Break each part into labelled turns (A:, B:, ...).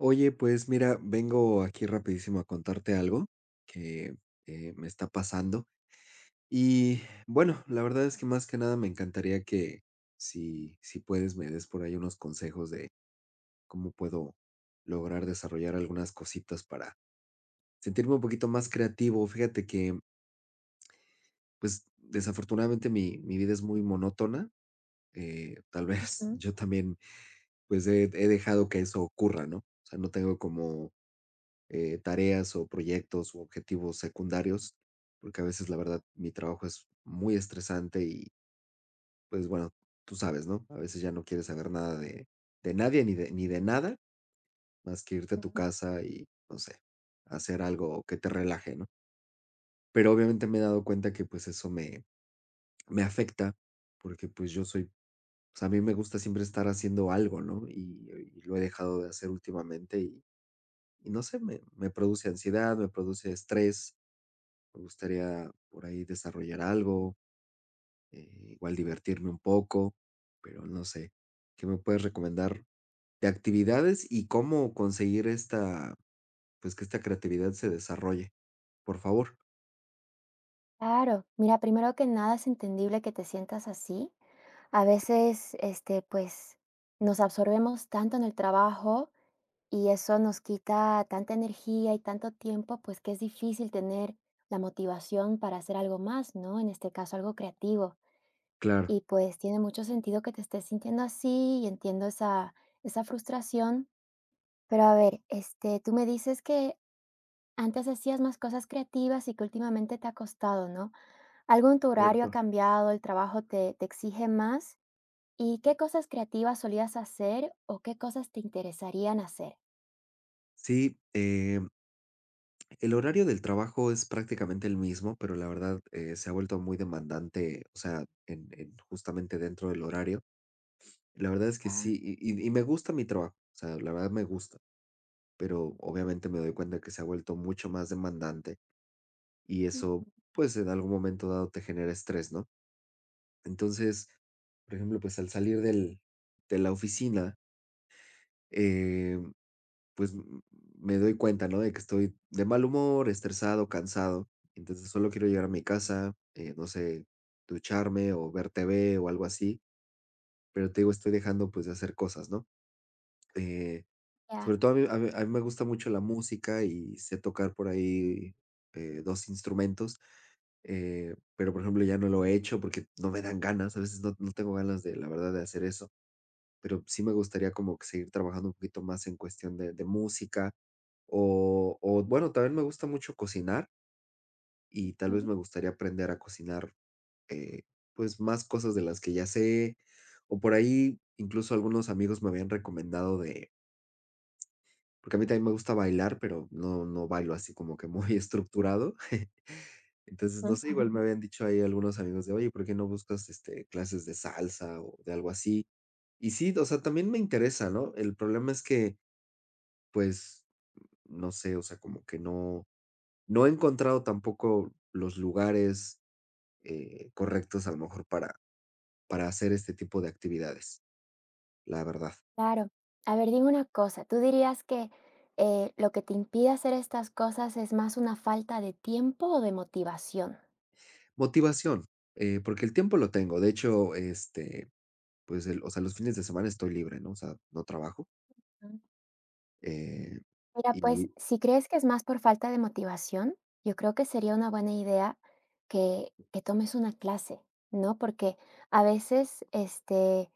A: Oye, pues mira, vengo aquí rapidísimo a contarte algo que me está pasando. Y bueno, la verdad es que más que nada me encantaría que si puedes me des por ahí unos consejos de cómo puedo lograr desarrollar algunas cositas para sentirme un poquito más creativo. Fíjate que pues desafortunadamente mi vida es muy monótona. Tal vez
B: Mm,
A: yo también pues he dejado que eso ocurra, ¿no? O sea, no tengo como tareas o proyectos u objetivos secundarios, porque a veces la verdad mi trabajo es muy estresante y pues bueno, tú sabes, ¿no? A veces ya no quieres saber nada de nadie ni de nada, más que irte a tu
B: mm,
A: casa y, no sé, hacer algo que te relaje, ¿no? Pero obviamente me he dado cuenta que pues eso me afecta, porque pues yo soy, o sea, a mí me gusta siempre estar haciendo algo, ¿no? Y lo he dejado de hacer últimamente y no sé, me produce ansiedad, me produce estrés. Me gustaría por ahí desarrollar algo, igual divertirme un poco, pero no sé, ¿qué me puedes recomendar de actividades y cómo conseguir esta, pues que esta creatividad se desarrolle? Por favor.
B: claro. Mira, primero que nada es entendible que te sientas así. A
A: Sí,
B: veces, este, pues, nos absorbemos tanto en el trabajo y eso nos quita tanta energía y tanto tiempo, pues que es difícil tener la motivación para hacer algo más, ¿no? En este caso, algo creativo.
A: claro,
B: Y pues tiene mucho sentido que te estés sintiendo así y entiendo esa frustración. Pero a ver, este, tú me dices que antes hacías más cosas creativas y que últimamente te ha costado, ¿no? ¿Algo en tu horario ha
A: correcto.
B: cambiado? ¿El trabajo te exige más? ¿Y qué cosas creativas solías hacer o qué cosas te interesarían hacer?
A: Sí, el horario del trabajo es prácticamente el mismo, pero la verdad se ha vuelto muy demandante, o sea, en justamente dentro del horario. La verdad es que
B: Ya.
A: sí, y, y me gusta mi trabajo, o sea, la verdad me gusta, pero obviamente me doy cuenta que se ha vuelto mucho más demandante y eso,
B: Ujú.
A: pues en algún momento dado te genera estrés, ¿no? Entonces, por ejemplo, pues al salir de la oficina, eh, pues me doy cuenta, ¿no? De que estoy de mal humor, estresado, cansado. Entonces solo quiero llegar a mi casa, no sé, ducharme o ver TV o algo así. Pero te digo, estoy dejando pues de hacer cosas, ¿no? Eh,
B: Ya.
A: Sobre todo a mí me gusta mucho la música y sé tocar por ahí, 2 instrumentos, pero, por ejemplo, ya no lo he hecho porque no me dan ganas, a veces no tengo ganas de, la verdad, de hacer eso, pero sí me gustaría como que seguir trabajando un poquito más en cuestión de música o, bueno, también me gusta mucho cocinar y tal vez me gustaría aprender a cocinar, eh, pues, más cosas de las que ya sé, o por ahí incluso algunos amigos me habían recomendado de Porque a mí también me gusta bailar, pero no bailo así como que muy estructurado. Entonces,
B: Ujú.
A: no sé, igual me habían dicho ahí algunos amigos de: "Oye, ¿por qué no buscas, este, clases de salsa o de algo así?". Y sí, o sea, también me interesa, ¿no? El problema es que, pues, no sé, o sea, como que no he encontrado tampoco los lugares, correctos, a lo mejor, para hacer este tipo de actividades, la verdad.
B: Claro. A ver, dime una cosa. ¿Tú dirías que lo que te impide hacer estas cosas es más una falta de tiempo o de motivación?
A: Motivación, porque el tiempo lo tengo. De hecho, este Pues, el o sea, los fines de semana estoy libre, ¿no? O sea, no trabajo, eh,
B: Mira, pues
A: y
B: si crees que es más por falta de motivación, yo creo que sería una buena idea que tomes una clase, ¿no? Porque a veces este,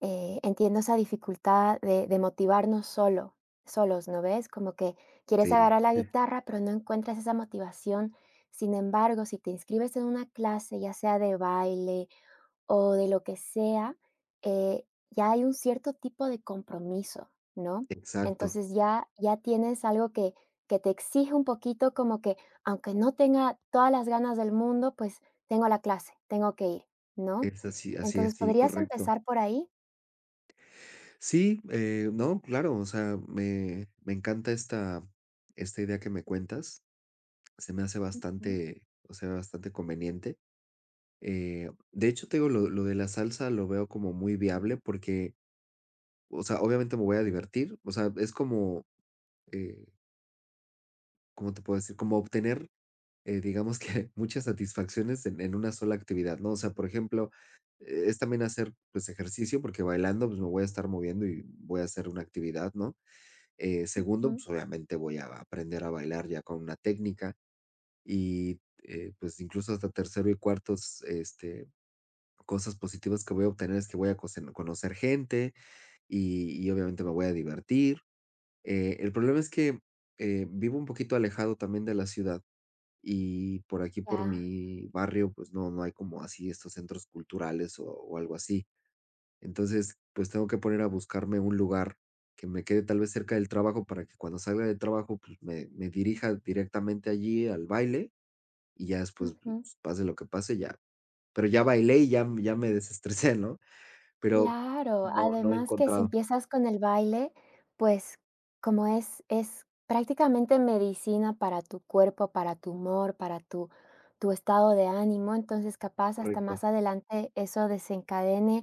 B: entiendo esa dificultad de motivarnos solos, ¿no ves? Como que quieres
A: sí,
B: agarrar la guitarra, pero no encuentras esa motivación. Sin embargo, si te inscribes en una clase, ya sea de baile, o de lo que sea, eh, ya hay un cierto tipo de compromiso, ¿no?
A: exacto,
B: Entonces ya tienes algo que te exige un poquito como que, aunque no tenga todas las ganas del mundo, pues tengo la clase, tengo que ir, ¿no?
A: es así, así es,
B: Entonces,
A: sí,
B: podrías
A: correcto.
B: empezar por ahí.
A: Sí, no, claro, o sea, me encanta esta esta idea que me cuentas, se me hace
B: Ujú.
A: bastante o sea, bastante conveniente, de hecho, te digo, lo de la salsa lo veo como muy viable porque, o sea, obviamente me voy a divertir, o sea, es como, eh, ¿cómo te puedo decir? Como obtener digamos que muchas satisfacciones en una sola actividad, ¿no? O sea, por ejemplo, es también hacer, pues, ejercicio, porque bailando, pues, me voy a estar moviendo y voy a hacer una actividad, ¿no? Segundo,
B: Ujú.
A: pues, obviamente voy a aprender a bailar ya con una técnica y, pues, incluso hasta tercero y cuartos, este, cosas positivas que voy a obtener es que voy a cocen conocer gente y obviamente me voy a divertir. El problema es que, vivo un poquito alejado también de la ciudad y por aquí, por
B: Ya.
A: mi barrio, pues no, no hay como así estos centros culturales o algo así. Entonces, pues tengo que poner a buscarme un lugar que me quede tal vez cerca del trabajo para que cuando salga del trabajo, pues me dirija directamente allí al baile y ya después, pues,
B: Ujú.
A: pase lo que pase, ya. Pero ya bailé y ya, ya me desestresé, ¿no? Pero
B: Claro,
A: no, no he
B: además que si
A: encontrado.
B: empiezas con el baile, pues como es prácticamente medicina para tu cuerpo, para tu humor, para tu estado de ánimo, entonces capaz hasta más
A: Correcto.
B: adelante eso desencadene,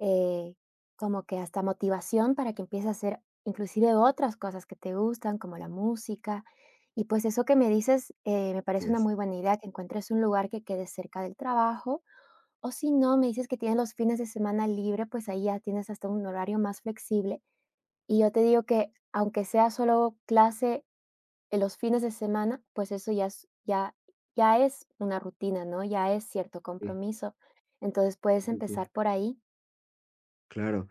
B: eh, como que hasta motivación para que empieces a hacer inclusive otras cosas que te gustan, como la música. Y pues eso que me dices, me
A: Así
B: parece una
A: es.
B: muy buena idea, que encuentres un lugar que quede cerca del trabajo o si no, me dices que tienes los fines de semana libre, pues ahí ya tienes hasta un horario más flexible. Y yo te digo que aunque sea solo clase en los fines de semana, pues eso ya es, ya, ya es una rutina, ¿no? Ya es cierto
A: Sí,
B: compromiso. Entonces puedes
A: sí, sí.
B: empezar por ahí.
A: Claro.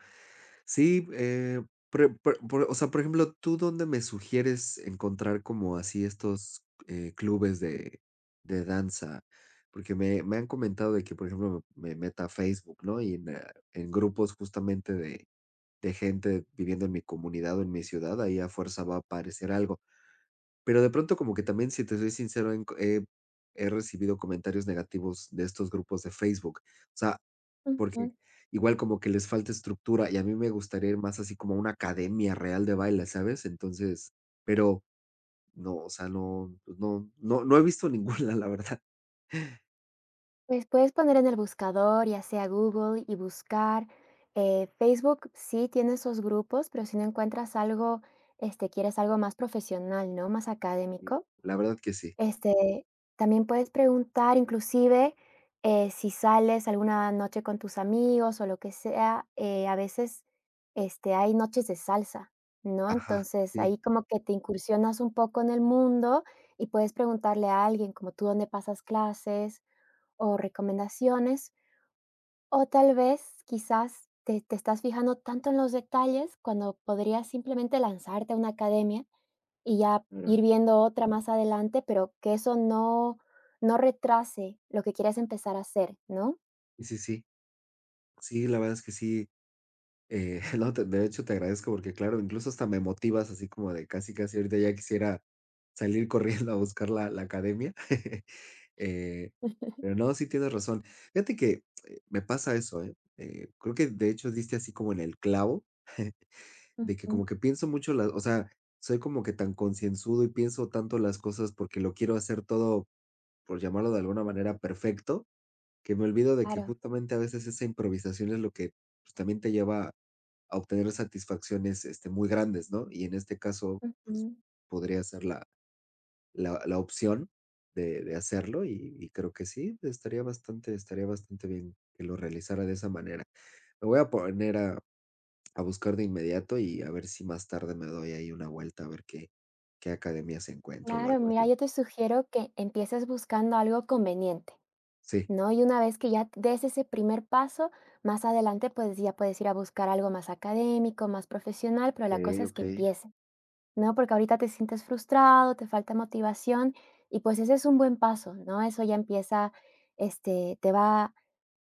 A: Sí, o sea, por ejemplo, ¿tú dónde me sugieres encontrar como así estos clubes de danza? Porque me han comentado de que, por ejemplo, me meta a Facebook, ¿no? Y en grupos justamente de gente viviendo en mi comunidad o en mi ciudad, ahí a fuerza va a aparecer algo. Pero de pronto como que también, si te soy sincero, he recibido comentarios negativos de estos grupos de Facebook. O sea, porque
B: Ujú.
A: igual como que les falta estructura, y a mí me gustaría ir más así como a una academia real de baile, ¿sabes? Entonces, pero no, o sea, no, pues no he visto ninguna, la verdad.
B: Pues puedes poner en el buscador, ya sea Google, y buscar. Facebook sí tiene esos grupos, pero si no encuentras algo, este, quieres algo más profesional, ¿no? Más
A: Mm.
B: académico.
A: La verdad que sí.
B: Este, también puedes preguntar, inclusive, si sales alguna noche con tus amigos o lo que sea, a veces, este, hay noches de salsa, ¿no?
A: Ajá,
B: Entonces,
A: sí,
B: ahí como que te incursionas un poco en el mundo y puedes preguntarle a alguien como tú dónde pasas clases o recomendaciones, o tal vez quizás te, te estás fijando tanto en los detalles cuando podrías simplemente lanzarte a una academia y ya
A: claro.
B: ir viendo otra más adelante, pero que eso no no retrase lo que quieres empezar a hacer, ¿no?
A: Sí, sí, sí. Sí, la verdad es que sí. No, de hecho te agradezco porque, claro, incluso hasta me motivas así como de casi, casi ahorita ya quisiera salir corriendo a buscar la academia. Eh, pero no, sí tienes razón. Fíjate que, me pasa eso, ¿eh? Creo que de hecho diste así como en el clavo, de que
B: Ujú.
A: como que pienso mucho la o sea, soy como que tan concienzudo y pienso tanto las cosas porque lo quiero hacer todo, por llamarlo de alguna manera, perfecto, que me olvido de que
B: Claro.
A: justamente a veces esa improvisación es lo que, pues, también te lleva a obtener satisfacciones, este, muy grandes, ¿no? Y en este caso, pues,
B: Ujú.
A: podría ser la opción de hacerlo y creo que sí, estaría bastante bien que lo realizara de esa manera. Me voy a poner a buscar de inmediato y a ver si más tarde me doy ahí una vuelta a ver qué, qué academias encuentro o
B: Claro,
A: algo
B: mira,
A: así.
B: yo te sugiero que empieces buscando algo conveniente,
A: Sí,
B: ¿no? Y una vez que ya des ese primer paso, más adelante, pues, ya puedes ir a buscar algo más académico, más profesional, pero
A: ok,
B: la cosa es
A: ok,
B: que empiece, ¿no? Porque ahorita te sientes frustrado, te falta motivación y, pues, ese es un buen paso, ¿no? Eso ya empieza, este, te va.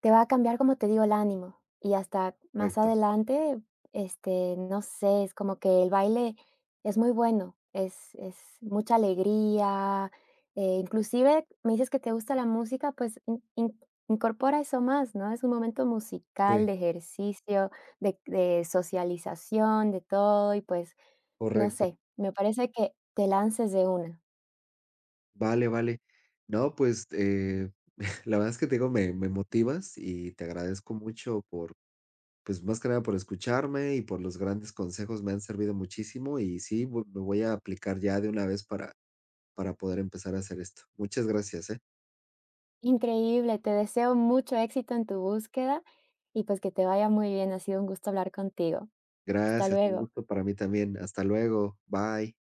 B: Te va a cambiar, como te digo, el ánimo, y hasta más
A: correcto.
B: adelante, este, no sé, es como que el baile es muy bueno, es mucha alegría, inclusive me dices que te gusta la música, pues, in in incorpora eso más, ¿no? Es un momento musical,
A: Sí,
B: de ejercicio, de socialización, de todo, y pues, no
A: correcto.
B: sé, me parece que te lances de una.
A: Vale, vale. No, pues la verdad es que te digo, me motivas y te agradezco mucho por Pues, más que nada por escucharme y por los grandes consejos, me han servido muchísimo y sí, vo lo voy a aplicar ya de una vez para poder empezar a hacer esto. Muchas gracias, ¿eh?
B: Increíble, te deseo mucho éxito en tu búsqueda y pues que te vaya muy bien. Ha sido un gusto hablar contigo. Hasta
A: Gracias, un
B: luego.
A: gusto para mí también. Hasta luego. Bye.